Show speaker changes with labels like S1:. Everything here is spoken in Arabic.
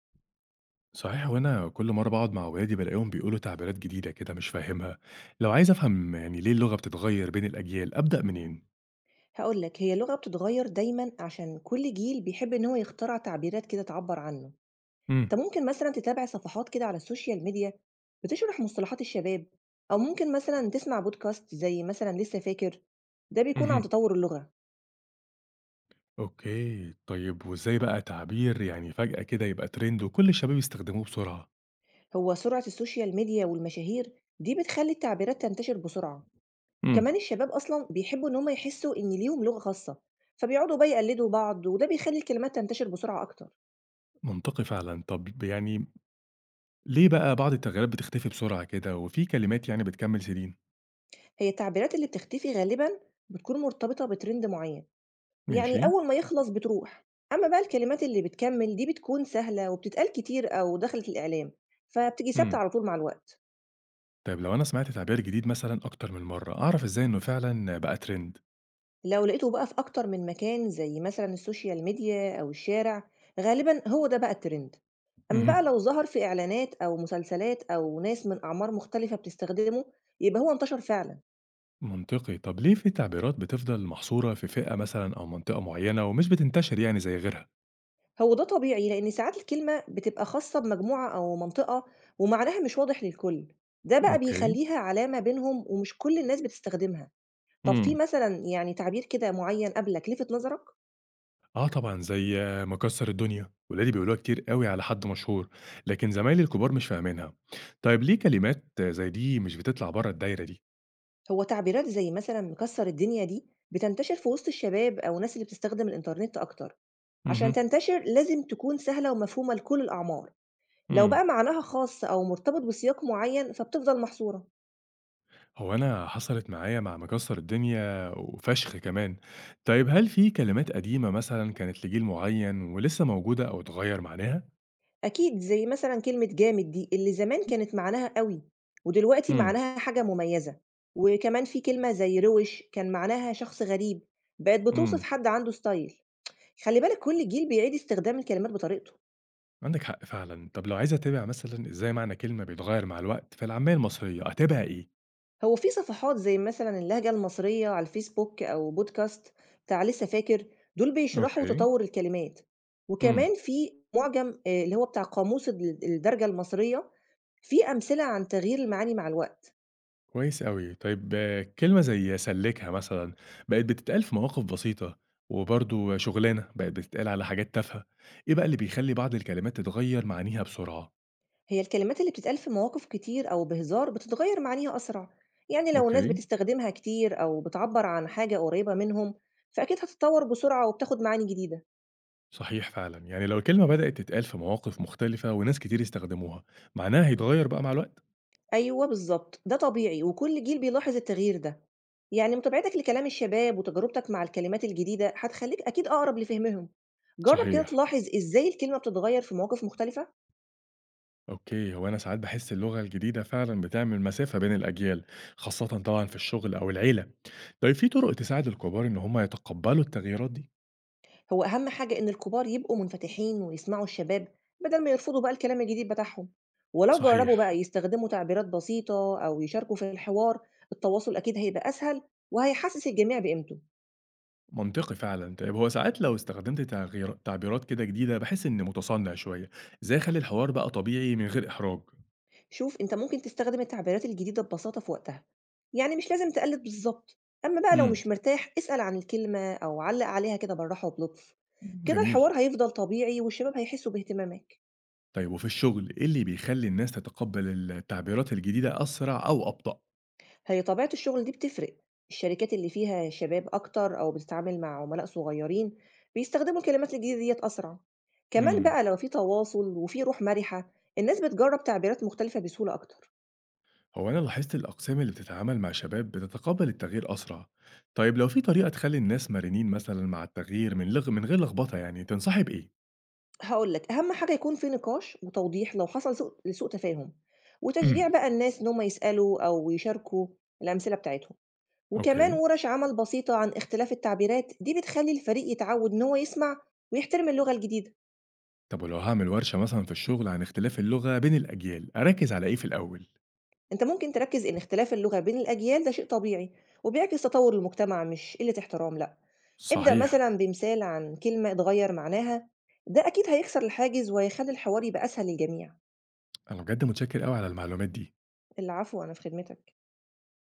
S1: صحيح وأنا كل مرة باقعد مع ولادي بالاقيهم بيقولوا تعبيرات جديدة كده مش فاهمها، لو عايز أفهم يعني ليه اللغة بتتغير بين الأجيال أبدأ منين؟
S2: هاقول لك، هي اللغة بتتغيّر دايمًا عشان كل جيل بيحب إن هو يخترع تعبيرات كده تعبّر عنه. أنت
S1: امم،
S2: ممكن مثلًا تتابع صفحات كده على السوشيال ميديا بتشرح مصطلحات الشباب، أو ممكن مثلًا تسمع بودكاست زي مثلًا لسه فاكر، ده بيكون عن
S1: اهم،
S2: تطوّر اللغة.
S1: أوكي، طيب وإزاي بقى تعبير يعني فجأة كده يبقى ترند وكل الشباب يستخدموه بسرعة؟
S2: هو سرعة السوشيال ميديا والمشاهير دي بتخلّي التعبيرات تنتشر بسرعة،
S1: امم،
S2: وكمان الشباب أصلًا بيحبّوا إن هم يحسّوا إن ليهم لغة خاصة، فبيقعدوا بقى يقلّدوا بعض، وده بيخلّي الكلمات تنتشر بسرعة أكتر.
S1: منطقي فعلًا، طب يعني ليه بقى بعض التغييرات بتختفي بسرعة كده وفي كلمات يعني بتكمل سنين؟
S2: هي التعبيرات اللي بتختفي غالبًا بتكون مرتبطة بtrend معيّن.
S1: ماشي،
S2: يعني أول ما يخلص بتروح، أمّا بقى الكلمات اللي بتكمّل دي بتكون سهلة وبتتقال كتير أو دخلت الإعلام، فبتيجي ثابتة
S1: امم،
S2: على طول مع الوقت.
S1: طيب لو أنا سمعت تعبير جديد مثلًا أكتر من مرة أعرف إزاي إنه فعلًا بقى ترند؟
S2: لو لقيته بقى في أكتر من مكان زي مثلًا السوشيال ميديا أو الشارع، غالبًا هو ده بقى الترند. أمّا بقى
S1: اهم.
S2: لو ظهر في إعلانات أو مسلسلات أو ناس من أعمار مختلفة بتستخدمه، يبقى هو انتشر فعلًا.
S1: منطقي، طب ليه في تعبيرات بتفضل محصورة في فئة مثلا أو منطقة معينة ومش بتنتشر يعني زي غيرها.
S2: هو ده طبيعي لإن ساعات الكلمة بتبقى خاصة بمجموعة أو منطقة ومعناها مش واضح للكل، ده بقى
S1: اوكي.
S2: بيخلّيها علامة بينهم ومش كل الناس بتستخدمها. طب في
S1: امم.
S2: مثلًا يعني تعبير كده معيّن قبلك لِفِت نظرك؟
S1: اه طبعا، زي مكسر الدنيا ولادي بيقولوها كتير قوي على حد مشهور، لكن زمايلي الكبار مش فاهمينها. طيب ليه كلمات زي دي مش بتطلع بره الدايرة دي؟
S2: هو تعبيرات زي مثلًا مكسّر الدنيا دي بتنتشر في وسط الشباب أو الناس اللي بتستخدم الإنترنت أكتر، عشان
S1: امم.
S2: تنتشر لازم تكون سهلة ومفهومة لكل الأعمار، لو
S1: امم.
S2: بقى معناها خاص أو مرتبط بسياق معيّن فبتفضل محصورة،
S1: هو انا حصلت معايا مع مكسر الدنيا وفشخ كمان. طيب هل في كلمات قديمة مثلا كانت لجيل معين ولسه موجودة او اتغير معناها؟
S2: أكيد زي مثلًا كلمة جامد دي اللي زمان كانت معناها قوي، ودلوقتي معناها حاجة مميزة، وكمان في كلمة زي روِش كان معناها شخص غريب، بقت بتوصف
S1: امم.
S2: حد عنده ستايل. خلّي بالك كل جيل بيعيد استخدام الكلمات بطريقته،
S1: عندِك حق فعلًا. طب لو عايز أتابع مثلًا إزاي معنى كلمة بيتغيّر مع الوقت في العامية المصرية، أتابع إيه؟
S2: هو في صفحات زي مثلًا اللهجة المصرية على الفيسبوك أو بودكاست بتاع لسه فاكر، دول بيشرحوا
S1: أوكي،
S2: تطوّر الكلمات،
S1: إمم،
S2: وكمان في مُعجم اللي هو بتاع قاموس ال الدرجة المصرية، في أمثلة عن تغيير المعاني مع الوقت،
S1: كويس أوي. طيب آه، كلمة زي سلِّكها مثلًا، بقت بتتقال في مواقف بسيطة، وبرضه شُغلانة بقت بتتقال على حاجات تافهة. إيه بقى اللي بيخلّي بعض الكلمات تتغيّر معانيها بسرعة؟
S2: هي الكلمات اللي بتتقال في مواقف كتير أو بهزار بتتغيّر معانيها أسرع، يعني لو الناس
S1: أوكي،
S2: بتستخدمها كتير أو بتعبّر عن حاجة قريّبة منهم، فأكيد هتتطوّر بسرعة وبتاخد معاني جديدة.
S1: صحيح فعلًا. يعني لو الكلمة بدأت تتقال في مواقف مختلفة وناس كتير استخدموها، معناها هيتغيّر بقى مع الوقت؟
S2: أيوه بالضبط، ده طبيعي وكل جيل بيلاحظ التغيير ده. يعني متابعتك لكلام الشباب وتجربتك مع الكلمات الجديدة هتخلّيك أكيد أقرب لفهمهم. جرّب كده
S1: صحيح.
S2: تلاحظ إزاي الكلمة بتتغيّر في مواقف مختلفة،
S1: أوكي، هو أنا ساعات بحس اللغة الجديدة فعلا بتعمل مسافة بين الأجيال، خاصة طبعا في الشغل أو العيلة. طيب في طرق تساعد الكبار إن هم يتقبلوا التغييرات دي؟
S2: هو أهم حاجة إن الكبار يبقوا منفتحين ويسمعوا الشباب بدل ما يرفضوا بقى الكلام الجديد بتاعهم، ولو جرّبوا
S1: صحيح.
S2: بقى يستخدموا تعبيرات بسيطة أو يشاركوا في الحوار، التواصل أكيد هيبقى أسهل وهيحسّس الجميع بقيمته.
S1: منطقي فعلا. طيب هو ساعات لو استخدمت تعبيرات كده جديدة بحس إني متصنع شوية. إزاي أخلي الحوار بقى طبيعي من غير إحراج؟
S2: شوف أنت ممكن تستخدم التعبيرات الجديدة ببساطة في وقتها، يعني مش لازم تقلد بالظبط. أما بقى لو
S1: امم.
S2: مش مرتاح اسأل عن الكلمة أو علق عليها كده بالراحة وبلطف، كده
S1: جميل.
S2: الحوار هيفضل طبيعي والشباب هيحسوا باهتمامك.
S1: طيب وفي الشغل إيه اللي بيخلي الناس تتقبل التعبيرات الجديدة أسرع أو أبطأ؟
S2: هي طبيعة الشغل دي بتفرق، الشركات اللي فيها شباب أكتر أو بتتعامل مع عملاء صغيرين بيستخدموا الكلمات الجديدة ديت أسرع، كمان
S1: مم.
S2: بقى لو في تواصل وفي روح مرحة الناس بتجرب تعبيرات مختلفة بسهولة أكتر.
S1: هو أنا لاحظت الأقسام اللي بتتعامل مع شباب بتتقبل التغيير أسرع. طيب لو في طريقة تخلي الناس مرنين مثلا مع التغيير من غير لخبطة، يعني تنصحي بإيه؟
S2: هاقول لك، أهم حاجة يكون في نقاش وتوضيح لو حصل سوء لسوء تفاهم، وتشجيع
S1: امم.
S2: بقى الناس إن هم يسألوا أو يشاركوا الأمثلة بتاعتهم، وكمان
S1: أوكي.
S2: ورش عمل بسيطة عن اختلاف التعبيرات دي بتخلّي الفريق يتعوّد إن هو يسمع ويحترم اللغة الجديدة،
S1: طب ولو هعمل ورشة مثلا في الشغل عن اختلاف اللغة بين الأجيال، أركز على إيه في الأول؟
S2: أنت ممكن تركّز إن اختلاف اللغة بين الأجيال ده شيء طبيعي، وبيعكس تطوّر المجتمع مش قلة احترام لأ، ابدأ
S1: صحيح.
S2: مثلًا بمثال عن كلمة اتغيّر معناها، ده أكيد هيكسر الحاجز وهيخلّي الحوار يبقى أسهل للجميع.
S1: أنا بجد متشكر أوي على المعلومات دي.
S2: العفو، أنا في خدمتك.